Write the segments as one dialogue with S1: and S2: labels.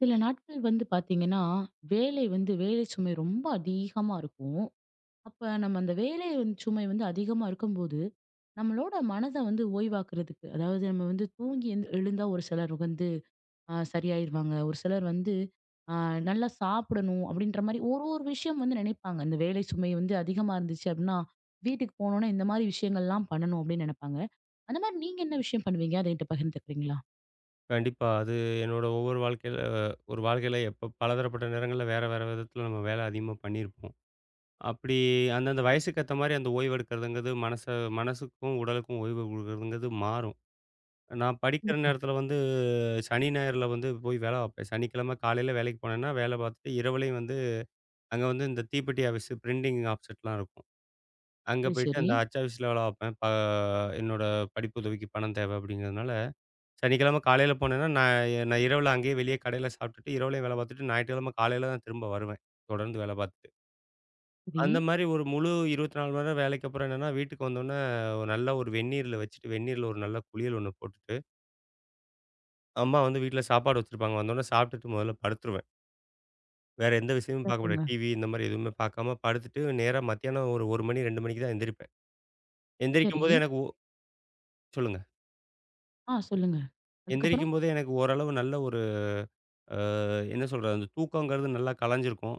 S1: சில நாட்கள் வந்து பாத்தீங்கன்னா, வேலை வந்து வேலை சுமை ரொம்ப அதிகமா இருக்கும். அப்ப நம்ம அந்த வேலை வந்து சுமை வந்து அதிகமா இருக்கும்போது, நம்மளோட மனத வந்து ஓய்வாக்குறதுக்கு, அதாவது நம்ம வந்து தூங்கி எழுந்தா ஒரு சிலர் வந்து சரியாயிருவாங்க. ஒரு சிலர் வந்து அ நல்லா சாப்பிடணும் அப்படின்ற மாரி ஒரு ஒரு விஷயம் வந்து நினைப்பாங்க. இந்த வேலை சுமை வந்து அதிகமா இருந்துச்சு அப்படின்னா, வீட்டுக்கு போனோனே இந்த மாரி விஷயங்கள்லாம் பண்ணணும் அப்படின்னு நெனப்பாங்க. அந்த மாரி நீங்க என்ன விஷயம் பண்ணுவீங்க? அத என்ட்ட பகிர்ந்துக்கிறீங்களா?
S2: கண்டிப்பா. அது என்னோட ஒவ்வொரு வாழ்க்கையில எப்ப பலதரப்பட்ட நேரங்கள்ல வேற, வேற விதத்துல நம்ம வேலை அதிகமா பண்ணியிருப்போம். அப்படி அந்தந்த வயசுக்கு ஏத்த மாரி அந்த ஓய்வு எடுக்கிறதுங்கிறது மனசுக்கும், உடலுக்கும் ஓய்வு குடுக்கறதுங்கிறது மாறும். நான் படிக்கிற
S1: கண்டிப்பா.
S2: நேரத்துல வந்து சனி, ஞாயிறுல வந்து போய் வேலை பார்ப்பேன். சனிக்கிழமை காலையில வேலைக்கு போனேன்னா, வேலை பார்த்துட்டு இரவுலயும் வந்து அங்க வந்து இந்த தீப்பெட்டி ஆஃபீஸு, பிரிண்டிங் ஆஃப்செட்லாம் இருக்கும். அங்க
S1: சரி,
S2: போயிட்டு
S1: சரி.
S2: அந்த அச்சு ஆஃபீஸ்ல வேலை பார்ப்பேன். என்னோட படிப்பு உதவிக்கு பணம் தேவை அப்படிங்கிறதுனால சனிக்கிழமை காலையில போனேன்னா, நான் நான் இரவுல அங்கேயே வெளிய கடையில சாப்பிட்டுட்டு, இரவுலயும் வேலை பார்த்துட்டு, ஞாயிற்றுக்கிழமை காலையில தான் திரும்ப வருவேன். தொடர்ந்து வேலை பார்த்துட்டு.
S1: சரி.
S2: அந்த மாரி ஒரு முழு 24 மணி நேரம் வேலைக்கு அப்புறம் என்னன்னா, வீட்டுக்கு வந்தோனே ஒரு நல்ல ஒரு வெந்நீர்ல வச்சுட்டு, வெந்நீர்ல ஒரு நல்ல குளியல் ஒண்ணு போட்டுட்டு, அம்மா வந்து வீட்ல சாப்பாடு வச்சிருப்பாங்க. வந்தோனே சாப்பிட்டுட்டு முதல்ல படுத்துருவேன். வேற எந்த விஷயமும் பார்க்க மாட்டேன்.
S1: சிறப்புங்க.
S2: டிவி இந்த மாரி எதுவுமே பார்க்காம படுத்துட்டு, நேரா மத்தியானம் ஒரு 1 மணி, 2 மணிக்கு தான் எந்திரிப்பேன்.
S1: சரி.
S2: எந்திரிக்கும்போது எனக்கு ஒ சொல்லுங்க.
S1: ஆ, சொல்லுங்க. அதுக்கப்புறம்?
S2: எந்திரிக்கும்போதே எனக்கு ஓரளவு நல்ல ஒரு அ என்ன சொல்றது? அந்த தூக்கங்கிறது நல்லா கலஞ்சிருக்கும்.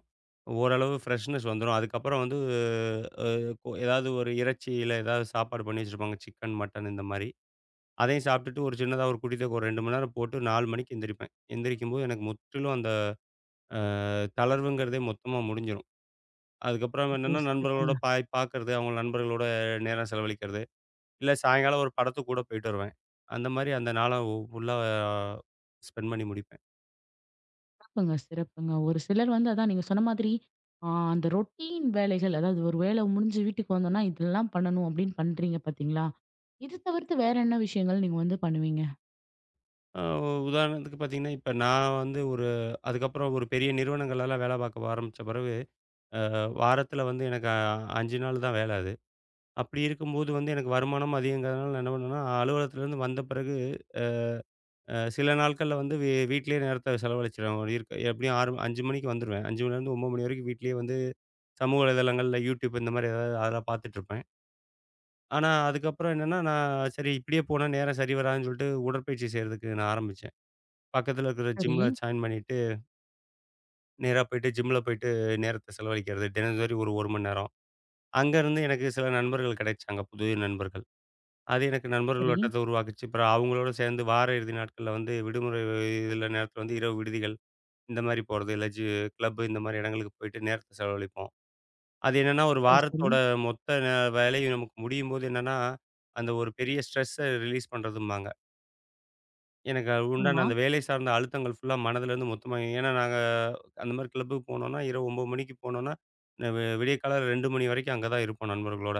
S2: ஓரளவு ஃப்ரெஷ்னஸ் வந்துரும். அதுக்கப்புறம் வந்து அ கொ ஏதாவது ஒரு இறைச்சியில ஏதாவது சாப்பாடு பண்ணி வச்சிருப்பாங்க. சிக்கன், மட்டன் இந்த மாரி. அதையும் சாப்பிட்டுட்டு ஒரு சின்னதா ஒரு குடி தூக்கம் ஒரு 2 மணி நேரம் போட்டு 4 மணிக்கு எந்திரிப்பேன். எந்திரிக்கும்போது எனக்கு முற்றிலும் அந்த அ தளர்வுங்கிறதே மொத்தமா முடிஞ்சிரும். அதுக்கப்புறம்
S1: ஓ,
S2: என்னன்னா,
S1: சிறப்புங்க.
S2: நண்பர்களோட பாய் பார்க்கறது, அவங்க நண்பர்களோட நேரம் செலவழிக்கிறது. இல்ல சாயங்காலம் ஒரு படத்துக்கு கூட போயிட்டு வருவேன். அந்த மாரி அந்த நாள ஃபுல்லா ஸ்பெண்ட் பண்ணி முடிப்பேன்.
S1: சிறப்புங்க, சிறப்புங்க. ஒரு சிலர் வந்து அதான் நீங்க சொன்ன மாதிரி, ஆ அந்த ரொட்டீன் வேலைகள், அதாவது ஒரு வேலை முடிஞ்சு வீட்டுக்கு வந்தோம்னா, இதெல்லாம் பண்ணணும் அப்படின்னு பண்றீங்க பார்த்தீங்களா? இது தவிர்த்து வேற என்ன விஷயங்கள் நீங்க வந்து பண்ணுவீங்க?
S2: அ உதாரணத்துக்கு பார்த்தீங்கன்னா, இப்ப நான் வந்து ஒரு அதுக்கப்புறம் ஒரு பெரிய நிறுவனங்கள்லலாம் வேலை பார்க்க ஆரம்பிச்ச பிறகு, வாரத்தில வந்து எனக்கு 5 நாள் தான் வேலை அது. அப்படி இருக்கும்போது வந்து எனக்கு வருமானம் அதிகங்கிறதுனால நான் என்ன பண்ணுவேன்னா, அலுவலகத்திலேருந்து வந்த பிறகு அ அ சில நாட்கள்ல வந்து வீட்டிலேயே நேரத்த செலவழிச்சிருவேன். ஒரு இருக்க எப்படியும் 6 5 மணிக்கு வந்துருவேன். 5 மணிலேருந்து 9 மணி வரைக்கும் வீட்டிலேயே வந்து சமூக வலைதளங்கள்ல YouTube இந்த மாதிரி ஏதாவது அதெல்லாம் பார்த்துட்டுருப்பேன். ஆனா, அதுக்கப்புறம் என்னன்னா, நான் சரி இப்படியே போனா நேரம் சரி வராதுன்னு சொல்லிட்டு உடற்பயிற்சி செய்றதுக்கு நான் ஆரம்பிச்சேன். பக்கத்தில இருக்கிற
S1: சரி,
S2: ஜிம்ல ஜாயின் பண்ணிட்டு நேரா போயிட்டு ஜிம்ல போயிட்டு நேரத்த செலவழிக்கிறது. தினசரி ஒரு 1 மணி நேரம். அங்கருந்து எனக்கு சில நண்பர்கள் கிடைச்சாங்க, புது நண்பர்கள். அது எனக்கு நண்பர்கள்
S1: சரி,
S2: வட்டத்த உருவாக்குச்சு. அப்புறம் அவங்களோட சேர்ந்து வார இறுதி நாட்கள்ல வந்து விடுமுறை இதில நேரத்தில வந்து இரவு விடுதிகள், இந்த மாரி போறது. இல்ல கிளப் இந்த மாரி இடங்களுக்கு போயிட்டு நேரத்த செலவழிப்போம். அது என்னன்னா, ஒரு
S1: சரி, சரி.
S2: வாரத்தோட மொத்த வேலையும் நமக்கு முடியும்போது என்னன்னா, அந்த ஒரு பெரிய ஸ்ட்ரெஸ்ஸ ரிலீஸ் பண்றதும்பாங்க. எனக்கு அது உண்டான
S1: ஆமா,
S2: அந்த வேலை சார்ந்த அழுத்தங்கள் ஃபுல்லா மனதிலேருந்து மொத்தமா ஏன்னா நாங்க அந்த மாரி கிளப்புக்கு போனோம்னா, இரவு 9 மணிக்கு போனோம்னா, ந வெ விடியற்காலை 2 மணி வரைக்கும் அங்க தான் இருப்போம் நண்பர்களோட.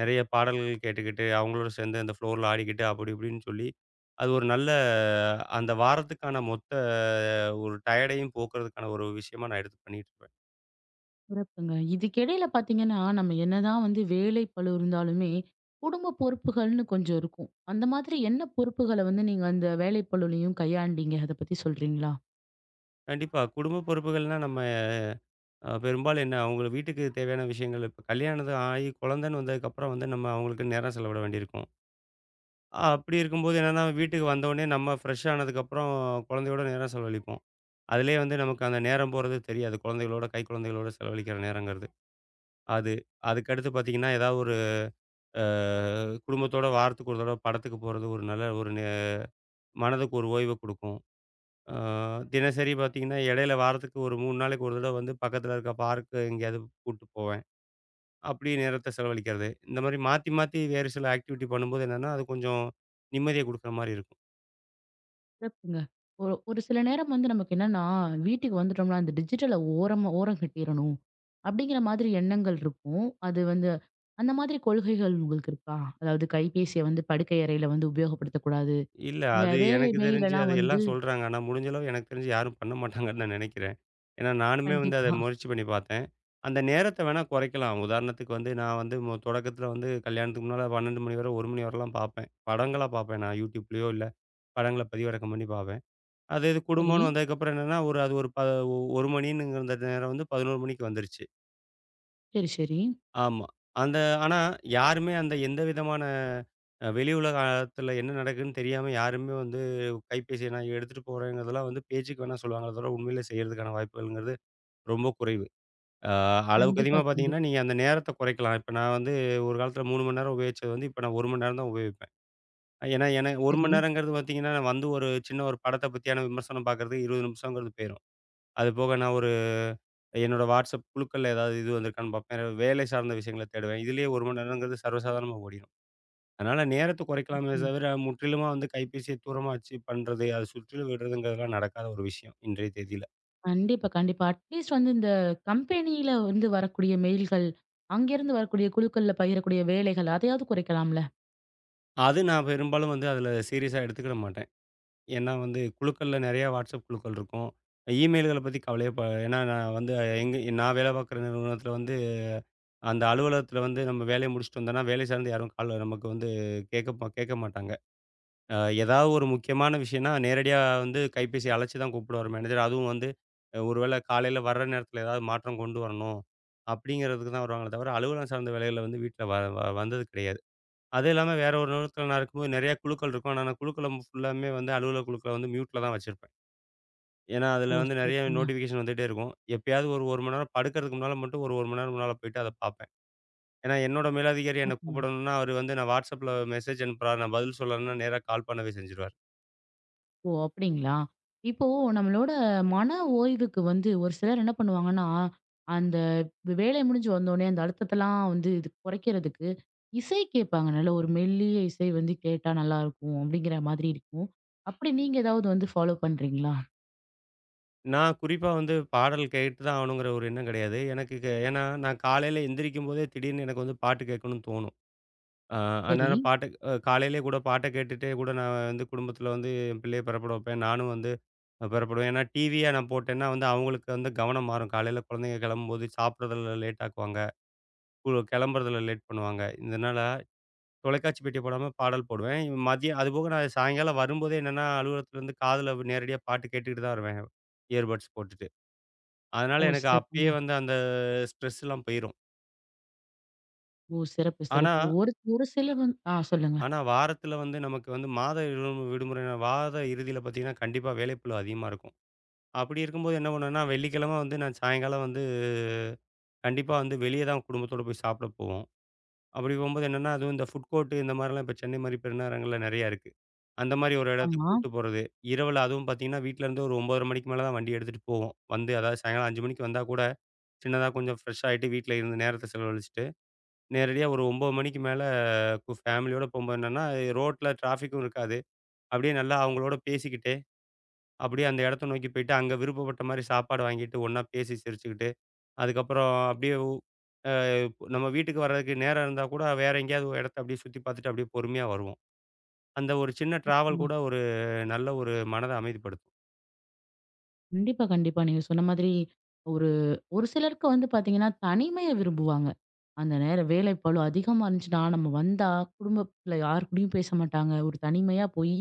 S2: நெறைய பாடல்கள் கேட்டுக்கிட்டு, அவங்களோட சேர்ந்து அந்த ஃப்ளோர்ல ஆடிக்கிட்டு அப்படி இப்படின்னு சொல்லி, அது ஒரு நல்ல அந்த வாரத்துக்கான மொத்த ஒரு டயர்டையும் போக்குறதுக்கான ஒரு விஷயமா நான் எடுத்து பண்ணிட்டுருப்பேன்.
S1: சிறப்புங்க. இதுக்கிடையில பார்த்தீங்கன்னா, நம்ம என்னதான் வந்து வேலை பளு இருந்தாலுமே, குடும்ப பொறுப்புகள்னு கொஞ்சம் இருக்கும். அந்த மாதிரி என்ன பொறுப்புகள வந்து நீங்க அந்த வேலை பளுலயும் கையாண்டீங்க? அத பத்தி சொல்றீங்களா?
S2: கண்டிப்பா. குடும்ப பொறுப்புகள்னா நம்ம பெரும்பாலும் என்ன அவங்க வீட்டுக்கு தேவையான விஷயங்கள் இப்ப கல்யாணம் ஆகி குழந்தைன்னு வந்ததுக்கப்புறம் வந்து நம்ம அவங்களுக்கு நேரம் செலவிட வேண்டியிருக்கும். அப்படி இருக்கும்போது என்னன்னா, வீட்டுக்கு வந்தவுடனே நம்ம ஃப்ரெஷ் ஆனதுக்கப்புறம் குழந்தையோட நேரம் செலவழிப்போம். அதிலேயே வந்து நமக்கு அந்த நேரம் போறது தெரியாது. குழந்தைகளோட, குழந்தைகளோட செலவழிக்கிற நேரங்கிறது. அது அதுக்கடுத்து பார்த்தீங்கன்னா, ஏதாவது ஒரு அ குடும்பத்தோட வாரத்துக்கு ஒரு தடவ படத்துக்கு போறது ஒரு நல்ல ஒரு நெ மனதுக்கு ஒரு ஓய்வ குடுக்கும். அ தினசரி பார்த்தீங்கன்னா, இடையில வாரத்துக்கு ஒரு 3 நாளைக்கு ஒரு தடவ வந்து பக்கத்தில இருக்க பார்க்கு எங்கேயாவது கூட்டு போவேன். அப்படி நேரத்த செலவழிக்கிறது. இந்த மாரி மாத்தி, மாத்தி வேறு சில ஆக்டிவிட்டி பண்ணும்போது என்னன்னா, அது கொஞ்சம் நிம்மதிய குடுக்குற மாரி இருக்கும்.
S1: சிறப்புங்க. ஒரு ஒரு சில நேரம் வந்து நமக்கு என்னன்னா, வீட்டுக்கு வந்துட்டோம்னா, அந்த டிஜிட்டல ஓரம் கட்டிறணும். அப்படிங்கிற மாதிரி எண்ணங்கள் இருக்கும். அது வந்து அந்த மாதிரி கொள்கைகள் உங்களுக்கு இருக்கா? அதாவது கைபேசிய வந்து படுக்கை அறையில வந்து உபயோகப்படுத்தக்கூடாது.
S2: இல்ல. அது
S1: வேலை
S2: எனக்கு தெரிஞ்சு
S1: மெயிலெல்லாம்
S2: அது
S1: வந்து
S2: எல்லாம் சொல்றாங்க. ஆனா, முடிஞ்ச அளவு எனக்கு தெரிஞ்சு யாரும் பண்ண மாட்டாங்கன்னு நான் நெனைக்கிறேன். ஏன்னா, நானுமே வந்து அத
S1: கண்டிப்பா.
S2: முயற்சி பண்ணி பார்த்தேன். அந்த நேரத்த வேணா குறைக்கலாம். உதாரணத்துக்கு வந்து நான் வந்து மொ தொடக்கத்துல வந்து கல்யாணத்துக்கு முன்னால 12 மணி வரை, 1 மணி வரலாம் பார்ப்பேன். படங்களா பார்ப்பேன். நான் YouTubeலயோ இல்ல படங்கள பதிவிறக்கம் பண்ணி பார்ப்பேன். அது இது
S1: சரி.
S2: குடும்பம்னு வந்ததுக்கப்புறம் என்னன்னா, ஒரு அது ஒரு ப 1 மணிங்கிற அந்த நேரம் வந்து 11 மணிக்கு வந்துருச்சு.
S1: சரி, சரி.
S2: ஆமா. அந்த ஆனா யாருமே அந்த எந்த விதமான வெளி உலகத்துல என்ன நடக்குதுன்னு தெரியாம யாருமே வந்து கைபேசிய நான் எடுத்துட்டு போறேங்கிறதெல்லாம் வந்து பேச்சுக்கு வேணா சொல்லுவாங்களே தவிர, உண்மையிலே செய்றதுக்கான வாய்ப்புகள்ங்கிறது ரொம்ப குறைவு. அ அளவுக்கு
S1: கண்டிப்பா,
S2: அதிகமா பார்த்தீங்கன்னா,
S1: கண்டிப்பா.
S2: நீங்க அந்த நேரத்த குறைக்கலாம். இப்ப நான் வந்து ஒரு காலத்துல 3 மணி நேரம் உபயோகிச்சது வந்து, இப்ப நான் 1 மணி நேரம் தான் உபயோகிப்பேன். ஏன்னா, 1
S1: சரி.
S2: மணி நேரங்கிறது பார்த்தீங்கன்னா, நான் வந்து ஒரு சின்ன ஒரு படத்த பத்தியான விமர்சனம் பார்க்கறதுக்கு 20 நிமிஷங்கிறது போயிரும். அது போக நான் என்னோட வாட்ஸ்அப் குழுக்கள்ல ஏதாவது இது வந்திருக்கான்னு பார்ப்பேன். வேலை சார்ந்த விஷயங்கள தேடுவேன். இதிலேயே 1 மணி நேரங்கிறது சர்வசாதாரணமா ஓடிரும். அதனால நேரத்த குறைக்கலாமே
S1: ம்.
S2: தவிர, முற்றிலுமா வந்து கைபேசிய தூரமா வச்சு பண்றது, அதை சுற்றிலும் விடுறதுங்கிறதெல்லாம் நடக்காத ஒரு விஷயம் இன்றைய தேதியில.
S1: கண்டிப்பா, கண்டிப்பா. அட்லீஸ்ட் வந்து இந்த கம்பெனியில வந்து வரக்கூடிய மெயில்கள், அங்கேருந்து வரக்கூடிய குழுக்கள்ல பகிரக்கூடிய வேலைகள் அதையாவது குறைக்கலாம்ல?
S2: அது நான் பெரும்பாலும் வந்து அதில சீரியஸா எடுத்துக்கிட மாட்டேன். ஏன்னா வந்து குழுக்கள்ல நிறையா வாட்ஸ்அப் குழுக்கள் இருக்கும். இமெயில்கள பத்தி கவலையே ப ஏன்னா நான் வந்து எங்க நான் வேலை பார்க்குற நிறுவனத்தில வந்து அந்த அலுவலகத்தில வந்து நம்ம வேலைய முடிச்சுட்டு வந்தோம்னா, வேலை சார்ந்து யாரும் கால் நமக்கு வந்து கேட்க மாட்டாங்க. அ ஏதாவது ஒரு முக்கியமான விஷயம்னா, நேரடியா வந்து கைபேசி அழைச்சு தான் கூப்பிடுவாரு மேனேஜர். அதுவும் வந்து ஒருவேள காலையில வர்ற நேரத்தில ஏதாவது மாற்றம் கொண்டு வரணும், அப்படிங்கிறதுக்கு தான் வருவாங்களே தவிர, அலுவலகம் சார்ந்த வேலைகள்ல வந்து வீட்ல வ வ வந்தது கிடையாது. அதுவும் இல்லாம வேற ஒரு நிறுவனத்தில நான் இருக்கும்போது நெறைய குழுக்கள் இருக்கும். ஆனா, நான் குழுக்கள ஃபுல்லாமே வந்து அலுவலக குழுக்கள வந்து மியூட்ல தான் வச்சிருப்பேன். ஏன்னா,
S1: ஓ,
S2: அதில வந்து நெறைய
S1: சிறப்புங்க.
S2: நோட்டிஃபிகேஷன் வந்துட்டே இருக்கும். எப்பயாவது ஒரு 1 மணி நேரம் படுக்கிறதுக்கு முன்னால மட்டும் ஒரு 1 மணி நேரம் முன்னால போயிட்டு அத பார்ப்பேன். ஏன்னா, என்னோட மேலதிகாரி என்ன
S1: சிறப்புங்க.
S2: கூப்பிடணும்னா, அவரு வந்து நான் WhatsAppல மெசேஜ் அனுப்புறாரு, நான் பதில் சொல்லலன்னா நேரா கால் பண்ணவே செஞ்சுருவாரு.
S1: ஓ, அப்டிங்களா? இப்போ நம்மளோட மன ஓய்வுக்கு வந்து ஒரு சிலர் என்ன பண்ணுவாங்கன்னா, அந்த வேலை முடிஞ்சு வந்தோனே அந்த அழுத்தத்தலாம் வந்து இது குறைக்கிறதுக்கு, இசை கேட்பாங்க. நல்ல ஒரு மெல்லிய இசை வந்து கேட்டா நல்லாருக்கும் அப்டிங்கிற மாதிரி இருக்கும். அப்டி நீங்க ஏதாவது வந்து ஃபாலோ பண்றீங்களா?
S2: நான் குறிப்பா வந்து பாடல் கேட்டு தான் ஆகணுங்கிற ஒரு எண்ணம் கிடையாது. எனக்கு க ஏன்னா, நான் காலையில எந்திரிக்கும்போதே திடீர்னு எனக்கு வந்து பாட்டு கேட்கணும்னு தோணும். அ
S1: சரி.
S2: அந்நேரம் பாட்டு காலையிலேயே கூட பாட்ட கேட்டுட்டே கூட நான் வந்து குடும்பத்தில வந்து என் பிள்ளைய பெறப்பட வைப்பேன். நானும் வந்து பெறப்படுவேன். ஏன்னா, டிவியா நான் போட்டேன்னா வந்து அவங்களுக்கு வந்து கவனம் மாறும். காலையில குழந்தைங்க கிளம்பும்போது சாப்பிடுறதில லேட் ஆக்குவாங்க. கிளம்புறதில லேட் பண்ணுவாங்க. இதனால தொலைக்காட்சி பெட்டிய போடாம பாடல் போடுவேன். மதியம் அதுபோக நான் சாயங்காலம் வரும்போதே என்னன்னா, அலுவலகத்திலேருந்து காதுல நேரடியா பாட்டு கேட்டுக்கிட்டு தான் வருவேன். இயர்பட்ஸ் போட்டுட்டு. அதனால
S1: ஓ,
S2: எனக்கு அப்பயே
S1: சிறப்புங்க.
S2: வந்து அந்த ஸ்ட்ரெஸ்லாம் போயிரும்.
S1: ஓ, சிறப்பு,
S2: ஆனா,
S1: சிறப்பு. ஒரு ஒரு சிலர் வந்து ஆ, சொல்லுங்க.
S2: ஆனா, வாரத்தில வந்து நமக்கு வந்து மாத விடும் விடுமுறை நாள், வார இறுதியில பார்த்தீங்கன்னா, கண்டிப்பா வேலைப்பளு அதிகமா இருக்கும். அப்படி இருக்கும்போது என்ன பண்ணுவேன்னா, வெள்ளிக்கிழமை வந்து நான் சாயங்காலம் வந்து கண்டிப்பா வந்து வெளிய தான் குடும்பத்தோட போய் சாப்பிட போவோம். அப்படி போகும்போது என்னன்னா, அதுவும் இந்த ஃபுட் கோர்ட் இந்த மாரிலாம் இப்ப சென்னை மாரி பெருநகரங்கள்ல நெறையா இருக்கு. அந்த மாரி ஒரு இடத்துக்கு
S1: ஆமா.
S2: கூட்டு போறது. இரவுல அதுவும் பார்த்தீங்கன்னா, வீட்லருந்து ஒரு 9:30 மணிக்கு மேல தான் வண்டி எடுத்துட்டு போவோம். வந்து அதாவது சாயங்காலம் 5 மணிக்கு வந்தா கூட, சின்னதா கொஞ்சம் ஃப்ரெஷ் ஆயிட்டு வீட்ல இருந்து நேரத்த செலவழிச்சுட்டு நேரடியா ஒரு 9 மணிக்கு மேல ஃபேமிலியோட போம்போது என்னன்னா, ரோட்ல டிராஃபிக்கும் இருக்காது. அப்படியே நல்லா அவங்களோட பேசிக்கிட்டே, அப்படியே அந்த இடத்த நோக்கி போயிட்டு, அங்க விருப்பப்பட்ட மாரி சாப்பாடு வாங்கிட்டு, ஒண்ணா பேசி சிரிச்சுக்கிட்டு, அதுக்கப்புறம் அப்படியே உ அ நம்ம வீட்டுக்கு வர்றதுக்கு நேரம் இருந்தா கூட, வேற எங்கேயாவது ஒரு இடத்த அப்படியே சுத்தி பார்த்துட்டு, அப்படியே பொறுமையா வருவோம். அந்த ஒரு சின்ன டிராவல்
S1: சிறப்புங்க.
S2: கூட ஒரு நல்ல ஒரு மனத அமைதிப்படுத்தும்.
S1: கண்டிப்பா, கண்டிப்பா. நீங்க சொன்ன மாதிரி ஒரு ஒரு சிலருக்கு வந்து பாத்தீங்கன்னா, தனிமைய விரும்புவாங்க. அந்த நேரம் வேலைப்பளு அதிகமா இருந்துச்சுன்னா, நம்ம வந்தா குடும்பத்துல யார் கூடயும் பேச மாட்டாங்க. ஒரு தனிமையா போய்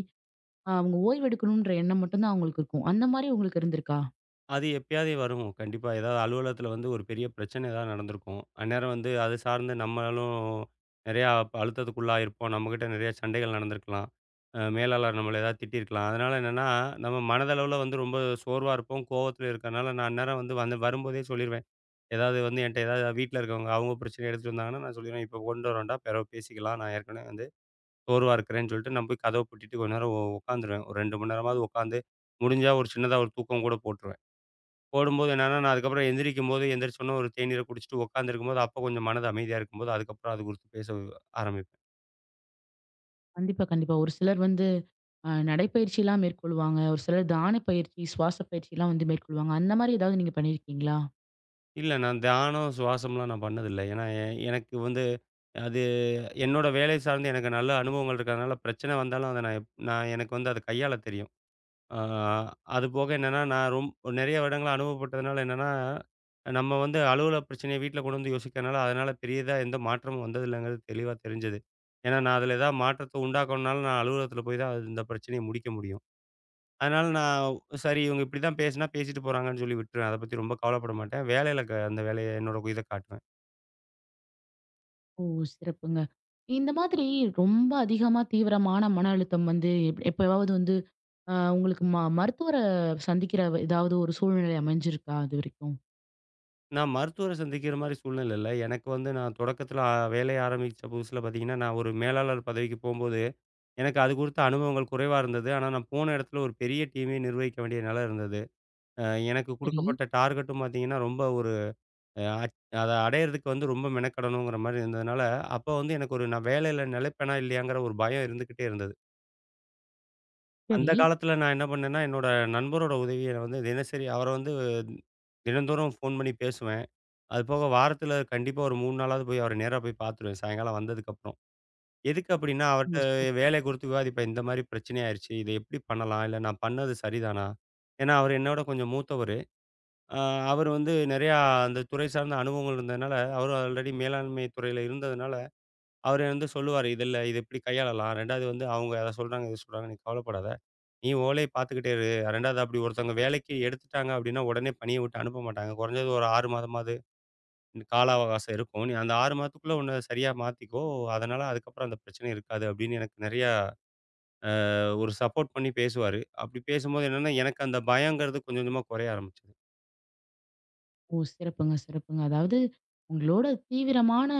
S1: அவங்க ஓய்வெடுக்கணுன்ற எண்ணம் மட்டும் தான் அவங்களுக்கு இருக்கும். அந்த மாரி உங்களுக்கு இருந்திருக்கா?
S2: அது எப்பயாவது வரும். கண்டிப்பா. ஏதாவது அலுவலகத்தில வந்து ஒரு பெரிய பிரச்சனை ஏதாவது நடந்திருக்கும். அந்நேரம் வந்து அது சார்ந்து நம்மளும் நெறையா அழுத்தத்துக்குள்ளாயிருப்போம். நம்மகிட்ட நெறைய சண்டைகள் நடந்திருக்கலாம். மேலாளர் நம்மள ஏதாவது திட்டியிருக்கலாம். அதனால என்னன்னா, நம்ம மனதளவுல வந்து ரொம்ப சோர்வா இருப்போம். கோவத்தில இருக்கறனால நான் அந்நேரம் வந்து வந்து வரும்போதே சொல்லிருவேன். ஏதாவது வந்து என்ட்ட ஏதாவது வீட்ல இருக்கவங்க அவங்க பிரச்சனைய எடுத்துட்டு வந்தாங்கன்னா, நான் சொல்லிருவேன், "இப்ப கொண்டு வர வேண்டாம். பிறவு பேசிக்கலாம். நான் ஏற்கனவே வந்து சோர்வா இருக்கிறேன்னு" சொல்லிட்டு நான் போய் கதவ பூட்டிட்டு கொஞ்ச நேரம் உட்காந்துருவேன். ஒரு 2 மணி நேரமாவது உட்காந்து முடிஞ்சா ஒரு சின்னதா ஒரு தூக்கம் கூட போட்டுருவேன். போடும்போது என்னன்னா, நான் அதுக்கப்புறம் எந்திரிக்கும்போது, எந்திரிச்சோனே ஒரு தேநீர குடிச்சுட்டு உட்காந்துருக்கும்போது, அப்போ கொஞ்சம் மனது அமைதியா இருக்கும்போது, அதுக்கப்புறம் அது குறித்து பேச ஆரம்பிப்பேன்.
S1: கண்டிப்பா, கண்டிப்பா. ஒரு சிலர் வந்து நடைப்பயிற்சிலாம் மேற்கொள்வாங்க. ஒரு சிலர் தான பயிற்சி, சுவாச பயிற்சிலாம் வந்து மேற்கொள்வாங்க. அந்த மாரி ஏதாவது நீங்க பண்ணியிருக்கீங்களா?
S2: இல்ல நான் தியானம், சுவாசம்லாம் நான் பண்ணதில்ல. ஏன்னா, எ எனக்கு வந்து அது என்னோட வேலை சார்ந்து எனக்கு நல்ல அனுபவங்கள் இருக்கிறதுனால, பிரச்சனை வந்தாலும் அத நான் எனக்கு வந்து அத கையாள தெரியும். ஆ அதுபோக என்னன்னா, நான் ரொம் நெறைய இடங்கள அனுபவப்பட்டதுனால என்னன்னா, நம்ம வந்து அலுவலக பிரச்சனைய வீட்ல கொண்டு வந்து யோசிக்கிறனால, அதனால பெரியதா எந்த மாற்றமும் வந்ததில்லங்கிறது தெளிவா தெரிஞ்சது. ஏன்னா, நான் அதில ஏதாவது மாற்றத்த உண்டாக்கணும்னாலும் நான் அலுவலகத்தில போய் தான் அது இந்த பிரச்சனைய முடிக்க முடியும். அதனால நான் சரி இவங்க இப்படி தான் பேசினா பேசிட்டு போறாங்கன்னு சொல்லி விட்டுருவேன். அத பத்தி ரொம்ப கவலைப்பட மாட்டேன். வேலையில க அந்த வேலைய என்னோட இத காட்டுவேன்.
S1: ஓ, சிறப்புங்க. இந்த மாதிரி ரொம்ப அதிகமா தீவிரமான மன அழுத்தம் வந்து எப்பவாவது வந்து அ உங்களுக்கு மருத்துவர சந்திக்கிற ஏதாவது ஒரு சூழ்நிலை அமைஞ்சிருக்கா இதுவரைக்கும்?
S2: நான் மருத்துவர சந்திக்கிற மாரி சூழ்நிலை இல்ல. எனக்கு வந்து நான் தொடக்கத்தில வேலைய ஆரம்பிச்ச புதுசுல பார்த்தீங்கன்னா, நான் ஒரு மேலாளர் பதவிக்கு போம்போது, எனக்கு அது குறித்த அனுபவங்கள் குறைவா இருந்தது. ஆனா, நான் போன இடத்துல ஒரு பெரிய டீமே நிர்வகிக்க வேண்டிய நிலை இருந்தது. அ எனக்கு
S1: சரி.
S2: குடுக்கப்பட்ட டார்கெட்டும் பார்த்தீங்கன்னா, ரொம்ப ஒரு அ அச் அத அடையறதுக்கு வந்து ரொம்ப மெனக்கெடணுங்கிற மாரி இருந்ததுனால, அப்போ வந்து எனக்கு ஒரு நான் வேலையில நிலைப்பேனா இல்லையாங்கிற ஒரு பயம் இருந்துகிட்டே இருந்தது. அந்த
S1: சரி.
S2: காலத்தில நான் என்ன பண்ணேன்னா, என்னோட நண்பரோட உதவிய வந்து தினசரி அவர வந்து தினந்தோறும் ஃபோன் பண்ணி பேசுவேன். அது போக வாரத்துல கண்டிப்பா ஒரு 3 நாளாவது போய் அவர நேரா போய் பார்த்துருவேன், சாயங்காலம் வந்ததுக்கப்புறம். எதுக்கு அப்டின்னா, அவர்ட்ட
S1: ஓ! சிறப்
S2: வேலை குறித்து விவாதிப்பேன். இந்த மாரி பிரச்சனை ஆயிருச்சு. இத எப்டி பண்ணலாம்? இல்ல நான் பண்ணது சரிதானா? ஏன்னா, அவரு என்னோட கொஞ்சம் மூத்தவரு. அ அவர் வந்து நெறையா அந்த துறை சார்ந்த அனுபவங்கள் இருந்ததுனால, அவரு ஆல்ரெடி மேலாண்மை துறையில இருந்ததுனால, அவரு வந்து சொல்லுவாரு, "இதுல இத இப்டி கையாளலாம். 2வது வந்து அவங்க அத சொல்றாங்க, இத சொல்றாங்க. நீ கவலைப்படாத. நீ உன் வேலைய பார்த்துக்கிட்டே இரு. 2வது அப்டி ஒருத்தவங்க வேலைக்கு எடுத்துட்டாங்க அப்டின்னா, உடனே பணிய விட்டு அனுப்ப மாட்டாங்க. குறைஞ்சது ஒரு 6 மாதமாவது கால அவகாசம் இருக்கும். நீ அந்த 6 மாதத்துக்குள்ள உன்ன சரியா மாத்திக்கோ. அதனால அதுக்கப்புறம் அந்த பிரச்சனை இருக்காது அப்படின்னு எனக்கு நிறையா ஒரு சப்போர்ட் பண்ணி பேசுவாரு. அப்படி பேசும்போது என்னன்னா, எனக்கு அந்த பயங்கிறது கொஞ்சம் கொஞ்சமா குறைய ஆரம்பிச்சது.
S1: ஓ, சிறப்புங்க, சிறப்புங்க. அதாவது உங்களோட தீவிரமான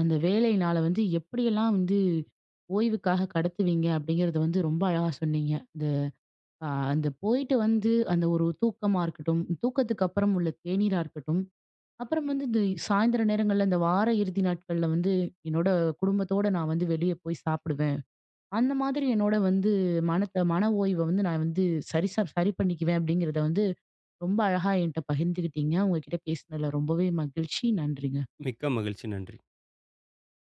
S1: அந்த வேலையினால வந்து எப்படியெல்லாம் வந்து ஓய்வுக்காக கடத்துவீங்க அப்படிங்கிறத வந்து ரொம்ப அழகா சொன்னீங்க. அந்த அ அந்த போயிட்டு வந்து அந்த ஒரு தூக்கமா இருக்கட்டும், தூக்கத்துக்கு அப்புறம் உள்ள தேநீரா இருக்கட்டும், அப்புறம் வந்து இந்த சாயந்தர நேரங்கள்ல, இந்த வார இறுதி நாட்கள்ல வந்து, என்னோட குடும்பத்தோட நான் வந்து வெளிய போய் சாப்பிடுவேன். அந்த மாதிரி என்னோட வந்து மனத்த மன ஓய்வ வந்து நான் வந்து சரி சரி பண்ணிக்குவேன் அப்படிங்கிறத வந்து, ரொம்ப அழகா என்ட்ட பகிர்ந்துக்கிட்டீங்க. உங்க கிட்ட பேசினதுல ரொம்பவே மகிழ்ச்சி. நன்றி.
S2: மிக்க மகிழ்ச்சி. நன்றி.